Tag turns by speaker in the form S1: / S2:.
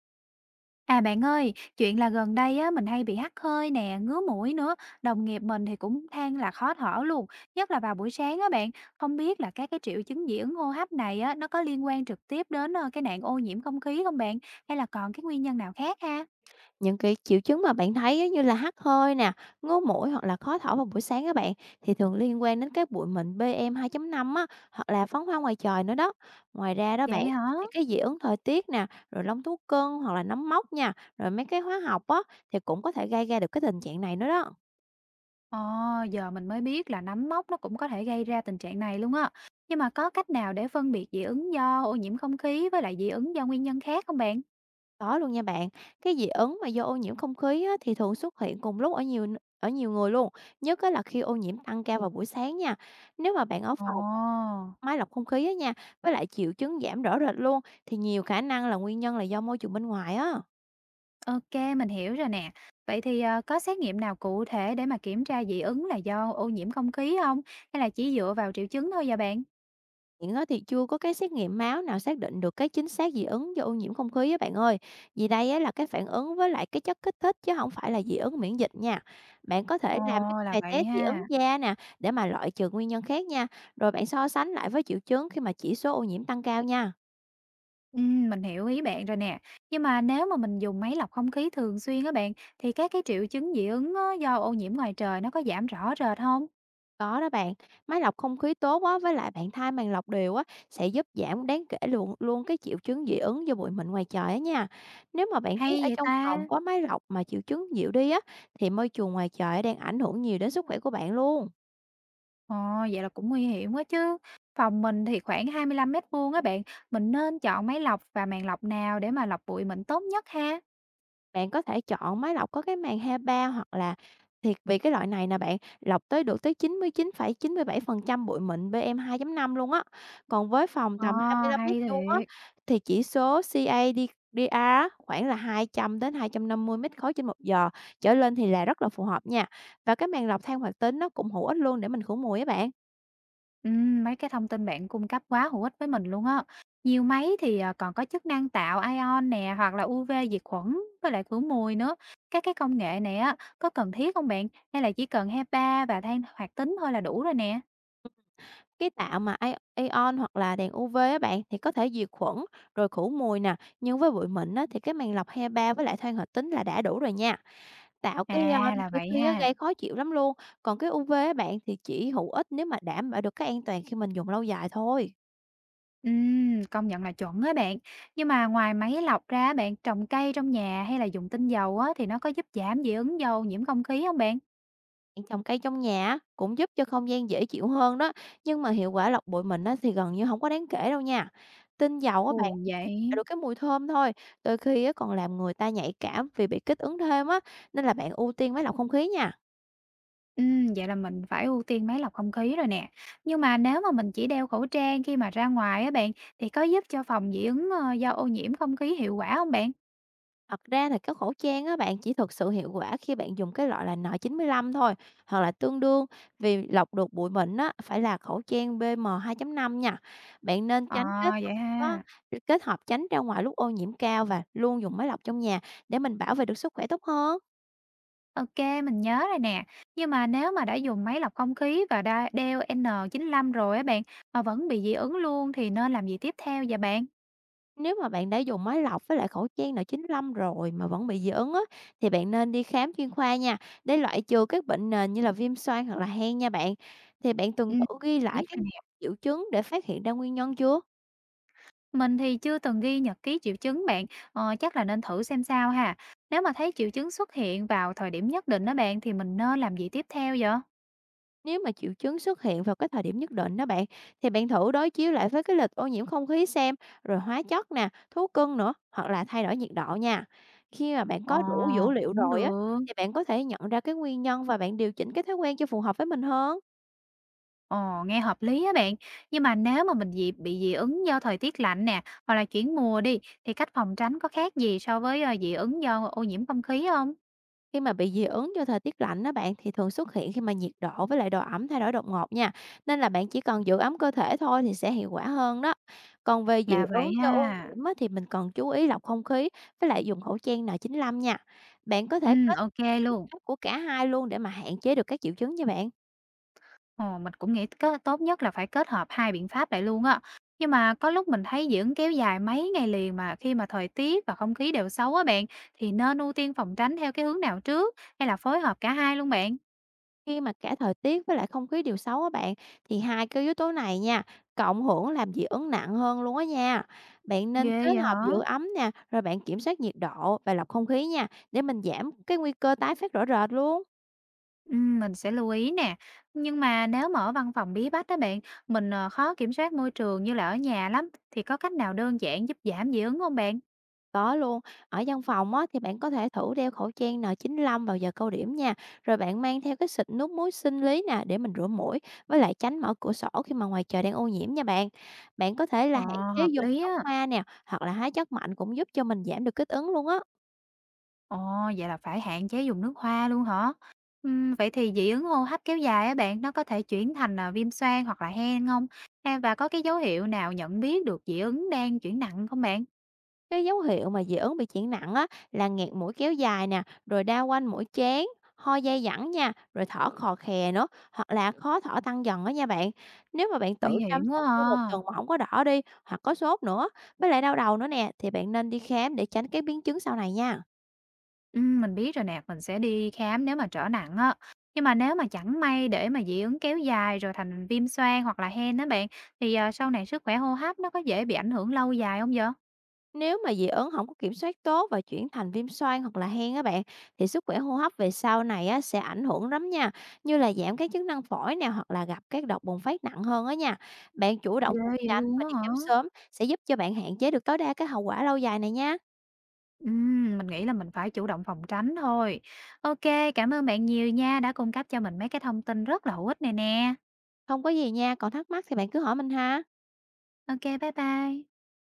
S1: À bạn ơi, chuyện là gần đây á mình hay bị hắt hơi nè, ngứa mũi nữa, đồng nghiệp mình thì cũng than là khó thở luôn, nhất là vào buổi sáng á bạn. Không biết là các cái triệu chứng dị ứng hô hấp này á nó có liên quan trực tiếp đến cái nạn ô nhiễm không khí không bạn, hay là còn cái nguyên nhân nào khác ha?
S2: Những cái triệu chứng mà bạn thấy á, như là hắt hơi nè, ngứa mũi hoặc là khó thở vào buổi sáng các bạn thì thường liên quan đến cái bụi mịn PM2.5 á, hoặc là phóng hoa ngoài trời nữa đó. Ngoài ra đó
S1: Vậy
S2: bạn
S1: hả?
S2: thì cái dị ứng thời tiết nè, rồi lông thú cưng hoặc là nấm mốc nha, rồi mấy cái hóa học á thì cũng có thể gây ra được cái tình trạng này nữa đó.
S1: Ồ, giờ mình mới biết là nấm mốc nó cũng có thể gây ra tình trạng này luôn á. Nhưng mà có cách nào để phân biệt dị ứng do ô nhiễm không khí với lại dị ứng do nguyên nhân khác không bạn?
S2: Có luôn nha bạn. Cái dị ứng mà do ô nhiễm không khí á, thì thường xuất hiện cùng lúc ở nhiều người luôn, nhất á là khi ô nhiễm tăng cao vào buổi sáng nha. Nếu mà bạn ở
S1: Ồ.
S2: phòng máy lọc không khí á nha, với lại triệu chứng giảm rõ rệt luôn, thì nhiều khả năng là nguyên nhân là do môi trường bên ngoài á.
S1: OK, mình hiểu rồi nè. Vậy thì, có xét nghiệm nào cụ thể để mà kiểm tra dị ứng là do ô nhiễm không khí không? Hay là chỉ dựa vào triệu chứng thôi vậy bạn?
S2: Hiện á thì chưa có cái xét nghiệm máu nào xác định được cái chính xác dị ứng do ô nhiễm không khí á bạn ơi. Vì đây á là cái phản ứng với lại cái chất kích thích chứ không phải là dị ứng miễn dịch nha. Bạn có
S1: Ồ,
S2: thể làm mấy cái
S1: là
S2: bài
S1: vậy
S2: test dị ứng
S1: ha.
S2: da nè, để mà loại trừ nguyên nhân khác nha. Rồi bạn so sánh lại với triệu chứng khi mà chỉ số ô nhiễm tăng cao nha.
S1: Mình hiểu ý bạn rồi nè. Nhưng mà nếu mà mình dùng máy lọc không khí thường xuyên á bạn, thì các cái triệu chứng dị ứng á do ô nhiễm ngoài trời nó có giảm rõ rệt không?
S2: Có đó bạn, máy lọc không khí tốt á, với lại bạn thay màn lọc đều á, sẽ giúp giảm đáng kể luôn luôn cái triệu chứng dị ứng do bụi mịn ngoài trời á nha. Nếu mà bạn thấy
S1: Hay
S2: ở
S1: vậy
S2: trong phòng
S1: ta?
S2: có máy lọc mà triệu chứng dịu đi á, thì môi trường ngoài trời đang ảnh hưởng nhiều đến sức khỏe của bạn luôn.
S1: Ồ, vậy là cũng nguy hiểm quá chứ. Phòng mình thì khoảng 25 mét vuông á bạn, mình nên chọn máy lọc và màn lọc nào để mà lọc bụi mịn tốt nhất ha?
S2: Bạn có thể chọn máy lọc có cái màng HEPA, hoặc là thiệt vì cái loại này nè bạn, lọc tới được tới 99 phẩy chín mươi mươi phẩy 7% bụi mịn PM.5 luôn á. Còn với phòng
S1: Ờ,
S2: tầm hai mươi lăm mét
S1: hay
S2: vuông á,
S1: thiệt.
S2: thì chỉ số CAD-DR á, khoảng là 200 đến 250 mét khối trên 1 giờ trở lên, thì là rất là phù hợp nha. Và cái màng lọc than hoạt tính nó cũng hữu ích luôn để mình khử mùi á bạn.
S1: Mấy cái thông tin bạn cung cấp quá hữu ích với mình luôn á. Nhiều máy thì, còn có chức năng tạo ion nè, hoặc là UV diệt khuẩn với lại khử mùi nữa. Các cái công nghệ này á, có cần thiết không bạn? Hay là chỉ cần HEPA và than hoạt tính thôi là đủ rồi nè?
S2: Cái tạo mà A Aeon hoặc là đèn UV á bạn, thì có thể diệt khuẩn, rồi khử mùi nè, nhưng với bụi mịn á, thì cái màng lọc HEPA với lại than hoạt tính là đã đủ rồi nha. Tạo cái
S1: À,
S2: ion
S1: là
S2: đôi
S1: vậy
S2: khi á,
S1: ha.
S2: gây khó chịu lắm luôn, còn cái UV á bạn, thì chỉ hữu ích nếu mà đảm bảo được cái an toàn khi mình dùng lâu dài thôi.
S1: Công nhận là chuẩn á bạn. Nhưng mà ngoài máy lọc ra bạn, trồng cây trong nhà hay là dùng tinh dầu á, thì nó có giúp giảm dị ứng dầu nhiễm không khí không bạn?
S2: Bạn trồng cây trong nhà á, cũng giúp cho không gian dễ chịu hơn đó, nhưng mà hiệu quả lọc bụi mịn á thì gần như không có đáng kể đâu nha. Tinh dầu á bạn
S1: Buồn
S2: chỉ tạo
S1: vậy.
S2: được cái mùi thơm thôi, đôi khi á còn làm người ta nhạy cảm vì bị kích ứng thêm á, nên là bạn ưu tiên máy lọc không khí nha.
S1: Vậy là mình phải ưu tiên máy lọc không khí rồi nè. Nhưng mà nếu mà mình chỉ đeo khẩu trang khi mà ra ngoài á bạn, thì có giúp cho phòng dị ứng, do ô nhiễm không khí hiệu quả không bạn?
S2: Thật ra thì cái khẩu trang á bạn chỉ thực sự hiệu quả khi bạn dùng cái loại là N95 thôi, hoặc là tương đương, vì lọc được bụi mịn á phải là khẩu trang PM2.5 nha. Bạn nên
S1: Ờ,
S2: tránh hợp
S1: vậy
S2: á
S1: ha.
S2: kết hợp tránh ra ngoài lúc ô nhiễm cao và luôn dùng máy lọc trong nhà, để mình bảo vệ được sức khỏe tốt hơn.
S1: OK, mình nhớ rồi nè. Nhưng mà nếu mà đã dùng máy lọc không khí và đa đeo N95 rồi á bạn, mà vẫn bị dị ứng luôn thì nên làm gì tiếp theo vậy bạn?
S2: Nếu mà bạn đã dùng máy lọc với lại khẩu trang N95 rồi mà vẫn bị dị ứng á, thì bạn nên đi khám chuyên khoa nha, để loại trừ các bệnh nền như là viêm xoang hoặc là hen nha bạn. Thì bạn tuần
S1: Ừm,
S2: thử ghi lại
S1: biết
S2: các
S1: rồi nè.
S2: triệu chứng để phát hiện ra nguyên nhân chưa?
S1: Mình thì chưa từng ghi nhật ký triệu chứng bạn, chắc là nên thử xem sao ha. Nếu mà thấy triệu chứng xuất hiện vào thời điểm nhất định đó bạn thì mình nên làm gì tiếp theo vậy?
S2: Nếu mà triệu chứng xuất hiện vào cái thời điểm nhất định đó bạn, thì bạn thử đối chiếu lại với cái lịch ô nhiễm không khí xem, rồi hóa chất nè, thú cưng nữa, hoặc là thay đổi nhiệt độ nha. Khi mà bạn
S1: Ờ,
S2: có đủ dữ liệu
S1: cũng
S2: rồi á,
S1: được.
S2: thì bạn có thể nhận ra cái nguyên nhân và bạn điều chỉnh cái thói quen cho phù hợp với mình hơn.
S1: Ờ, nghe hợp lý á bạn. Nhưng mà nếu mà mình bị dị ứng do thời tiết lạnh nè, hoặc là chuyển mùa đi, thì cách phòng tránh có khác gì so với dị ứng do ô nhiễm không khí không?
S2: Khi mà bị dị ứng do thời tiết lạnh đó bạn, thì thường xuất hiện khi mà nhiệt độ với lại độ ẩm thay đổi đột ngột nha. Nên là bạn chỉ cần giữ ấm cơ thể thôi thì sẽ hiệu quả hơn đó. Còn về dị
S1: Là vậy
S2: ứng do ô
S1: ha.
S2: nhiễm á, thì mình cần chú ý lọc không khí với lại dùng khẩu trang N95 nha. Bạn có
S1: Ừ,
S2: thể kết
S1: ok luôn.
S2: hợp của cả hai luôn để mà hạn chế được các triệu chứng nha bạn.
S1: Ồ, mình cũng nghĩ có tốt nhất là phải kết hợp hai biện pháp lại luôn á. Nhưng mà có lúc mình thấy dưỡng kéo dài mấy ngày liền mà khi mà thời tiết và không khí đều xấu á bạn, thì nên ưu tiên phòng tránh theo cái hướng nào trước hay là phối hợp cả hai luôn bạn?
S2: Khi mà cả thời tiết với lại không khí đều xấu á bạn, thì hai cái yếu tố này nha, cộng hưởng làm dị ứng nặng hơn luôn á nha. Bạn nên
S1: Ghê
S2: kết
S1: vậy
S2: hợp
S1: hả?
S2: giữ ấm nè, rồi bạn kiểm soát nhiệt độ và lọc không khí nha, để mình giảm cái nguy cơ tái phát rõ rệt luôn.
S1: Ừ, mình sẽ lưu ý nè. Nhưng mà nếu mà ở văn phòng bí bách đó bạn, mình khó kiểm soát môi trường như là ở nhà lắm, thì có cách nào đơn giản giúp giảm dị ứng không bạn?
S2: Có luôn, ở văn phòng á, thì bạn có thể thử đeo khẩu trang N95 vào giờ cao điểm nha, rồi bạn mang theo cái xịt nước muối sinh lý nè để mình rửa mũi, với lại tránh mở cửa sổ khi mà ngoài trời đang ô nhiễm nha bạn. Bạn có thể
S1: Ồ,
S2: là hạn chế
S1: hợp
S2: dùng
S1: lý
S2: nước
S1: á.
S2: hoa nè, hoặc là hóa chất mạnh cũng giúp cho mình giảm được kích ứng luôn á.
S1: Ồ, vậy là phải hạn chế dùng nước hoa luôn hả? Vậy thì dị ứng hô hấp kéo dài á bạn, nó có thể chuyển thành viêm xoang hoặc là hen không? À, và có cái dấu hiệu nào nhận biết được dị ứng đang chuyển nặng không bạn?
S2: Cái dấu hiệu mà dị ứng bị chuyển nặng á, là nghẹt mũi kéo dài nè, rồi đau quanh mũi chén, ho dai dẳng nha, rồi thở khò khè nữa, hoặc là khó thở tăng dần á nha bạn. Nếu mà bạn
S1: Nguy
S2: tự chăm
S1: hiểm quá
S2: sóc trong 1 tuần
S1: à.
S2: mà không có đỏ đi, hoặc có sốt nữa, với lại đau đầu nữa nè, thì bạn nên đi khám để tránh các biến chứng sau này nha.
S1: Mình biết rồi nè, mình sẽ đi khám nếu mà trở nặng á. Nhưng mà nếu mà chẳng may để mà dị ứng kéo dài rồi thành viêm xoang hoặc là hen đó bạn, thì sau này sức khỏe hô hấp nó có dễ bị ảnh hưởng lâu dài không vậy?
S2: Nếu mà dị ứng không có kiểm soát tốt và chuyển thành viêm xoang hoặc là hen á bạn, thì sức khỏe hô hấp về sau này á sẽ ảnh hưởng lắm nha, như là giảm các chức năng phổi nè, hoặc là gặp các độc bùng phát nặng hơn á nha. Bạn chủ động
S1: Ghê
S2: phòng
S1: vậy
S2: tránh
S1: luôn
S2: và
S1: á
S2: đi
S1: hả?
S2: khám sớm sẽ giúp cho bạn hạn chế được tối đa cái hậu quả lâu dài này nha.
S1: Mình nghĩ là mình phải chủ động phòng tránh thôi. OK, cảm ơn bạn nhiều nha, đã cung cấp cho mình mấy cái thông tin rất là hữu ích này nè.
S2: Không có gì nha, còn thắc mắc thì bạn cứ hỏi mình ha.
S1: OK, bye bye.